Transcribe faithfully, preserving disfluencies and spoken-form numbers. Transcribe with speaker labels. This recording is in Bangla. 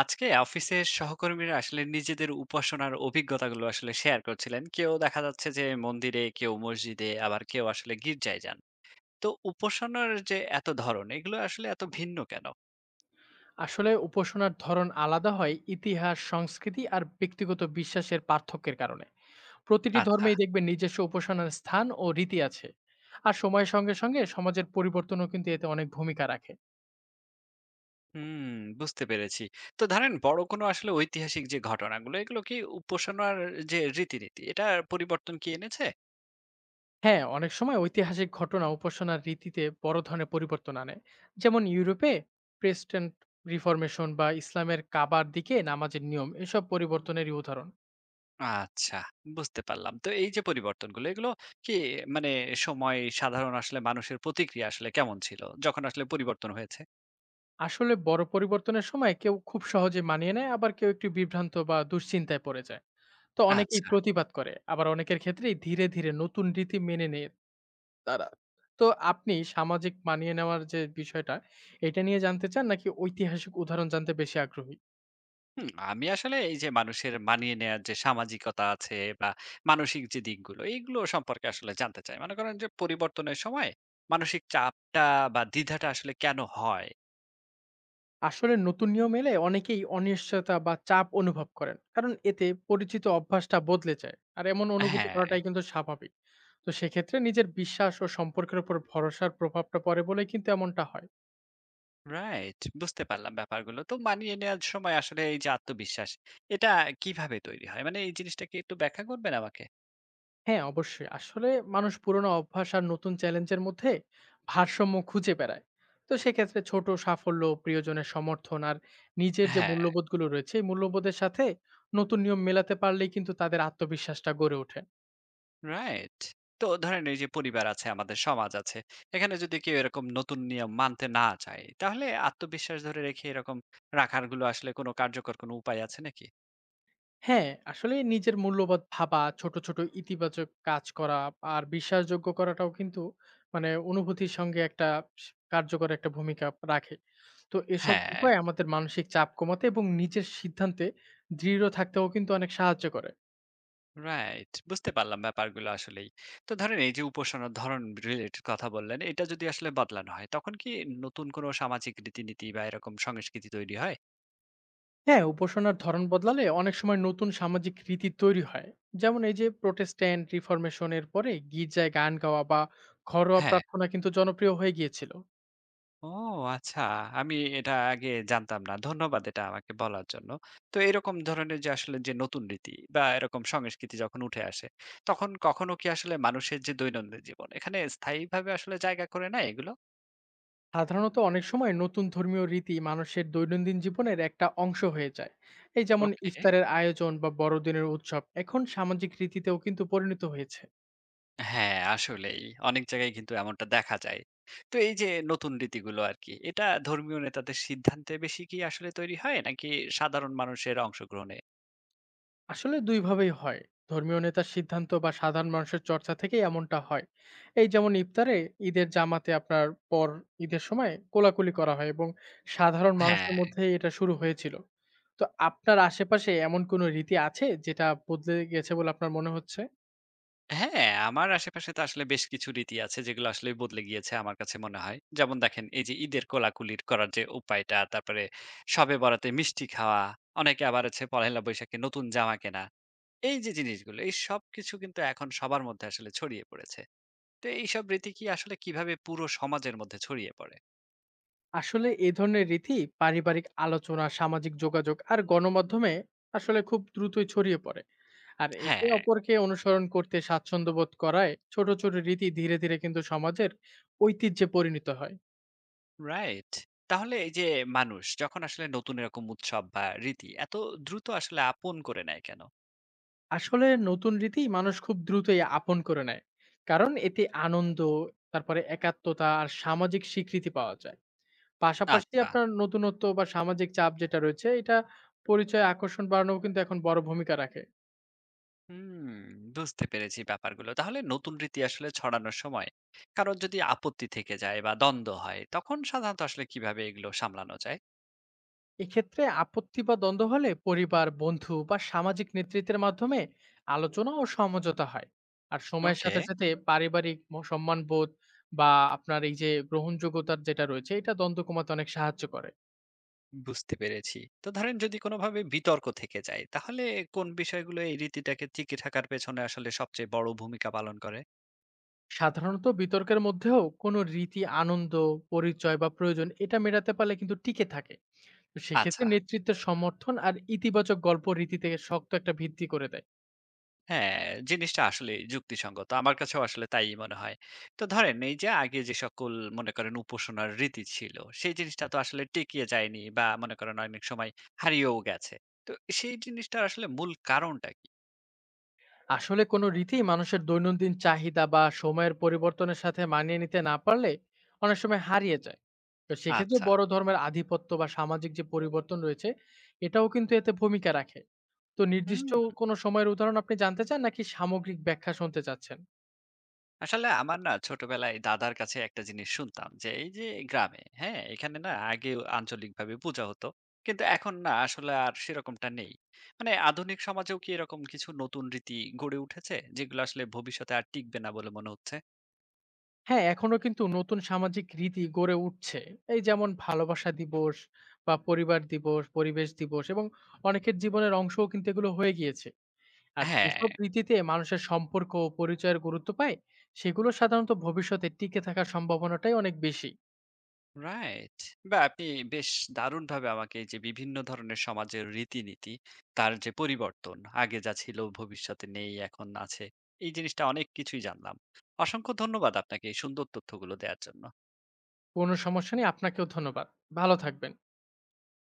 Speaker 1: আজকে অফিসের সহকর্মীরা আসলে নিজেদের উপাসনার অভিজ্ঞতাগুলো আসলে শেয়ার করছিলেন। কেউ দেখা যাচ্ছে যে মন্দিরে, কেউ মসজিদে, আবার কেউ আসলে গির্জায় যান। তো উপাসনার যে এত ধরন, এগুলো আসলে এত ভিন্ন কেন?
Speaker 2: আসলে উপাসনার ধরন আলাদা হয় ইতিহাস সংস্কৃতি আর ব্যক্তিগত বিশ্বাসের পার্থক্যের কারণে। প্রতিটি
Speaker 1: আচ্ছা।
Speaker 2: ধর্মেই দেখবেন নিজস্ব উপাসনার স্থান ও রীতি আছে। আর সময়ের সঙ্গে সঙ্গে সমাজের পরিবর্তনও কিন্তু এতে অনেক ভূমিকা রাখে।
Speaker 1: হুম। বুঝতে পেরেছি। তো ধরেন বড় কোনো আসলে ঐতিহাসিক যে ঘটনাগুলো, এগুলো কি উপাসনার যে রীতিনীতি, এটা পরিবর্তন কি এনেছে?
Speaker 2: হ্যাঁ, অনেক সময় ঐতিহাসিক ঘটনা উপাসনার রীতিতে বড় ধরনের পরিবর্তন আনে। যেমন ইউরোপে প্রেসিডেন্ট রিফর্মেশন বা ইসলামের কাবার দিকে নামাজের নিয়ম এসব পরিবর্তনেরই উদাহরণ।
Speaker 1: আচ্ছা, বুঝতে পারলাম। তো এই যে পরিবর্তনগুলো, এগুলো কি মানে সময় সাধারণ আসলে মানুষের প্রতিক্রিয়া আসলে কেমন ছিল যখন আসলে পরিবর্তন হয়েছে?
Speaker 2: আসলে বড় পরিবর্তনের সময় কেউ খুব সহজে মানিয়ে নেয়, আবার কেউ একটু বিভ্রান্ত বা দুশ্চিন্তায় পড়ে যায়। তো অনেকেই
Speaker 1: আচ্ছা।
Speaker 2: প্রতিবাদ করে। আবার অনেকের ক্ষেত্রেই ধীরে, ধীরে নতুন রীতি মেনে নেয় তারা। তো আপনি সামাজিক মানিয়ে নেওয়ার যে বিষয়টা, এটা নিয়ে জানতে চান নাকি ঐতিহাসিক উদাহরণ জানতে বেশি আগ্রহী?
Speaker 1: হুম, আমি আসলে এই যে মানুষের মানিয়ে নেয়ার যে সামাজিকতা আছে বা মানসিক যে দিকগুলো, এগুলো সম্পর্কে আসলে জানতে চাই। মনে করেন যে পরিবর্তনের সময় মানসিক চাপটা বা দ্বিধাটা আসলে কেন হয়?
Speaker 2: আসলে নতুন নিয়ম এলে অনেকেই অনিশ্চয়তা বা চাপ অনুভব করেন। কারণ এতে পরিচিত অভ্যাসটা বদলে যায়। আর এমন অনুভূতি
Speaker 1: হ্যাঁ,
Speaker 2: করাটাই কিন্তু স্বাভাবিক। তো সেক্ষেত্রে নিজের বিশ্বাস ও সম্পর্কের উপর ভরসার প্রভাবটা পড়ে বলেই কিন্তু এমনটা হয়।
Speaker 1: রাইট, বুঝতে পারলাম ব্যাপারগুলো। তো মানিয়ে নেয়ার সময় আসলে এই যে আত্মবিশ্বাস, এটা কিভাবে তৈরি হয়? মানে এই জিনিসটা কি একটু ব্যাখ্যা করবেন আমাকে?
Speaker 2: হ্যাঁ, অবশ্যই। আসলে মানুষ পুরোনো অভ্যাস আর নতুন চ্যালেঞ্জের মধ্যে ভারসাম্য খুঁজে বেড়ায়। তো সেক্ষেত্রে ছোট সাফল্য, প্রিয়জনের সমর্থন আর নিজের যে
Speaker 1: হ্যাঁ।
Speaker 2: মূল্যবোধগুলো রয়েছে, এই মূল্যবোধের সাথে নতুন নিয়ম মেলাতে পারলেই কিন্তু তাদের আত্মবিশ্বাসটা গড়ে ওঠে।
Speaker 1: রাইট। তো ধরেন এই যে পরিবার আছে, আমাদের সমাজ আছে। এখানে যদি কেউ এরকম নতুন নিয়ম মানতে না চায়, তাহলে আত্মবিশ্বাস ধরে রেখে এরকম রাখার গুলো আসলে কোনো কার্যকর কোনো উপায় আছে নাকি?
Speaker 2: হ্যাঁ, আসলে নিজের মূল্যবোধ ভাবা, ছোট, ছোট ইতিবাচক কাজ করা আর বিশ্বাসযোগ্য করাটাও কিন্তু মানে অনুভূতির সঙ্গে একটা স কার্যকর একটা ভূমিকা রাখে। তো এসব
Speaker 1: হ্যাঁ,
Speaker 2: উপায় আমাদের মানসিক চাপ কমাতে এবং নিজের সিদ্ধান্তে দৃঢ় থাকতেও কিন্তু অনেক সাহায্য করে।
Speaker 1: রাইট, বুঝতে পারলাম ব্যাপারগুলো আসলেই। তো ধরেন এই যে উপাসনার ধরন রিলেটেড কথা বললেন, এটা যদি আসলে বদলানো হয়, তখন কি নতুন কোনো সামাজিক রীতিনীতি বা এরকম সংস্কৃতি তৈরি হয়?
Speaker 2: হ্যাঁ, উপাসনার ধরন বদলালে অনেক সময় নতুন সামাজিক রীতি তৈরি হয়। যেমন এই যে প্রোটেস্ট্যান্ট রিফর্মেশন এর পরে গির্জায় গান গাওয়া বা ঘরোয়া
Speaker 1: হ্যাঁ।
Speaker 2: প্রার্থনা কিন্তু জনপ্রিয় হয়ে গিয়েছিল।
Speaker 1: ও, আচ্ছা। আমি এটা আগে জানতাম না। ধন্যবাদ এটা আমাকে বলার জন্য। তো এরকম ধরনের যে আসলে যে নতুন রীতি বা এরকম সংস্কৃতি যখন উঠে আসে, তখন কখনো কি আসলে মানুষের যে দৈনন্দিন জীবন, এখানে স্থায়ীভাবে আসলে জায়গা করে নেয় এগুলো?
Speaker 2: সাধারণত অনেক সময় নতুন ধর্মীয় রীতি মানুষের দৈনন্দিন জীবনের একটা অংশ হয়ে যায়। এই যেমন
Speaker 1: ওকে।
Speaker 2: ইফতারের আয়োজন বা বড়দিনের উৎসব এখন সামাজিক রীতিতেও কিন্তু পরিণত হয়েছে।
Speaker 1: হ্যাঁ, আসলেই। অনেক জায়গায় কিন্তু এমনটা দেখা যায়। তো এই যে নতুন রীতিগুলো আরকি, এটা ধর্মীয় নেতাদের সিদ্ধান্তে বেশি কি আসলে তৈরি হয় নাকি সাধারণ মানুষের অংশগ্রহণে?
Speaker 2: আসলে দুইভাবেই হয়, ধর্মীয় নেতার সিদ্ধান্ত বা সাধারণ মানুষের চর্চা থেকে এমনটা হয়। এই যেমন ইফতারে ঈদের জামাতে আপনার পর ঈদের সময় কোলাকুলি করা হয় এবং সাধারণ মানুষের
Speaker 1: হ্যাঁ।
Speaker 2: মধ্যে এটা শুরু হয়েছিল। তো আপনার আশেপাশে এমন কোনো রীতি আছে যেটা বদলে গেছে বলে আপনার মনে হচ্ছে?
Speaker 1: হ্যাঁ, আমার আশেপাশে তো আসলে বেশ কিছু রীতি আছে যেগুলো আসলে বদলে গিয়েছে আমার কাছে মনে হয়। যেমন দেখেন এই যে ঈদের কোলাকুলির করার যে উপায়টা, তারপরে শবে বরাতে মিষ্টি খাওয়া, অনেকে আবার হচ্ছে পহেলা বৈশাখে নতুন জামা কেনা। এই যে জিনিসগুলো, এই সবকিছু কিন্তু এখন সবার মধ্যে আসলে ছড়িয়ে পড়েছে। তো এইসব রীতি কি আসলে কিভাবে পুরো সমাজের মধ্যে ছড়িয়ে পড়ে?
Speaker 2: আসলে এই ধরনের রীতি পারিবারিক আলোচনা, সামাজিক যোগাযোগ আর গণমাধ্যমে আসলে খুব দ্রুতই ছড়িয়ে পড়ে। আর একে
Speaker 1: হ্যাঁ,
Speaker 2: অপরকে অনুসরণ করতে স্বাচ্ছন্দ্য বোধ করায় ছোট ছোট রীতি ধীরে ধীরে কিন্তু সমাজের ঐতিহ্যে পরিণত হয়।
Speaker 1: রাইট। তাহলে এই যে মানুষ যখন আসলে নতুন এরকম উৎসব বা রীতি এত দ্রুত আসলে আপন করে নেয় কেন?
Speaker 2: আসলে নতুন রীতি মানুষ খুব দ্রুতই আপন করে নেয়, কারণ এতে আনন্দ, তারপরে একাত্মতা আর সামাজিক স্বীকৃতি পাওয়া যায়। পাশাপাশি
Speaker 1: আচ্ছা।
Speaker 2: আপনার নতুনত্ব বা সামাজিক চাপ যেটা রয়েছে, এটা পরিচয় আকর্ষণ বাড়ানো কিন্তু এখন বড় ভূমিকা রাখে।
Speaker 1: হুম, বুঝতে পেরেছি ব্যাপারগুলো। তাহলে নতুন রীতি আসলে ছড়ানোর সময় কারোর যদি আপত্তি থেকে যায় বা দ্বন্দ্ব হয়, তখন সাধারণত আসলে কিভাবে এগুলো সামলানো যায়?
Speaker 2: এক্ষেত্রে আপত্তি বা দ্বন্দ্ব হলে পরিবার, বন্ধু বা সামাজিক নেতৃত্বের মাধ্যমে আলোচনা ও সমঝোতা হয়। আর সময়ের
Speaker 1: ওকে,
Speaker 2: সাথে সাথে পারিবারিক ম- সম্মানবোধ বা আপনার এই যে গ্রহণযোগ্যতার যেটা রয়েছে, এটা দ্বন্দ্ব কমাতে অনেক সাহায্য করে।
Speaker 1: বুঝতে পেরেছি। তো ধরেন যদি কোনোভাবে বিতর্ক থেকে যায়, তাহলে কোন বিষয়গুলো এই রীতিটাকে টিকে থাকার পেছনে আসলে সবচেয়ে বড় ভূমিকা পালন করে?
Speaker 2: সাধারণত বিতর্কের মধ্যেও কোনো রীতি আনন্দ, পরিচয় বা প্রয়োজন এটা মেটাতে পারলে কিন্তু টিকে থাকে। তো সেক্ষেত্রে
Speaker 1: আচ্ছা।
Speaker 2: নেতৃত্বের সমর্থন আর ইতিবাচক গল্প রীতিতে শক্ত একটা ভিত্তি করে দেয়।
Speaker 1: হ্যাঁ, জিনিসটা আসলেই যুক্তিসঙ্গত। আমার কাছেও আসলে তাই মনে হয়। তো ধরেন এই যে আগে যে সকল মনে করেন উপাসনার রীতি ছিল, সেই জিনিসটা তো আসলে টিকিয়ে যায়নি বা মনে করেন অনেক সময় হারিয়েও গেছে। তো সেই জিনিসটার আসলে মূল কারণটা কি?
Speaker 2: আসলে কোনো রীতি মানুষের দৈনন্দিন চাহিদা বা সময়ের পরিবর্তনের সাথে মানিয়ে নিতে না পারলে অনেক সময় হারিয়ে যায়। তো সেক্ষেত্রে
Speaker 1: আচ্ছা।
Speaker 2: বড় ধর্মের আধিপত্য বা সামাজিক যে পরিবর্তন রয়েছে, এটাও কিন্তু এতে ভূমিকা রাখে। তো নির্দিষ্ট
Speaker 1: হুম।
Speaker 2: কোনো সময়ের উদাহরণ আপনি জানতে চান নাকি সামগ্রিক ব্যাখ্যা শুনতে চাচ্ছেন?
Speaker 1: আসলে আমার না ছোটবেলায় দাদার কাছে একটা জিনিস শুনতাম যে এই যে গ্রামে, হ্যাঁ এখানে না আগে আঞ্চলিক ভাবে পূজা হতো, কিন্তু এখন না আসলে আর সেরকমটা নেই। মানে আধুনিক সমাজেও কি এরকম কিছু নতুন রীতি গড়ে উঠেছে যেগুলো আসলে ভবিষ্যতে আর টিকবে না বলে মনে হচ্ছে?
Speaker 2: হ্যাঁ, এখনো কিন্তু নতুন সামাজিক রীতি গড়ে উঠছে। এই যেমন ভালোবাসা দিবস বা পরিবার দিবস, পরিবেশ দিবস এবং অনেকের জীবনের অংশও কিন্তু এগুলো হয়ে গিয়েছে। আর
Speaker 1: হ্যাঁ,
Speaker 2: যেসব রীতিতে মানুষের সম্পর্ক ও পরিচয়ের গুরুত্ব পায়, সেগুলো সাধারণত ভবিষ্যতে টিকে থাকার সম্ভাবনাটাই অনেক বেশি।
Speaker 1: রাইট। বা আপনি বেশ দারুণ ভাবে আমাকে এই যে বিভিন্ন ধরনের সমাজের রীতিনীতি, তার যে পরিবর্তন, আগে যা ছিল, ভবিষ্যতে নেই, এখন আছে, এই জিনিসটা অনেক কিছুই জানলাম। অসংখ্য ধন্যবাদ আপনাকে এই সুন্দর তথ্যগুলো দেওয়ার জন্য।
Speaker 2: কোনো সমস্যা নেই, আপনাকেও ধন্যবাদ। ভালো থাকবেন।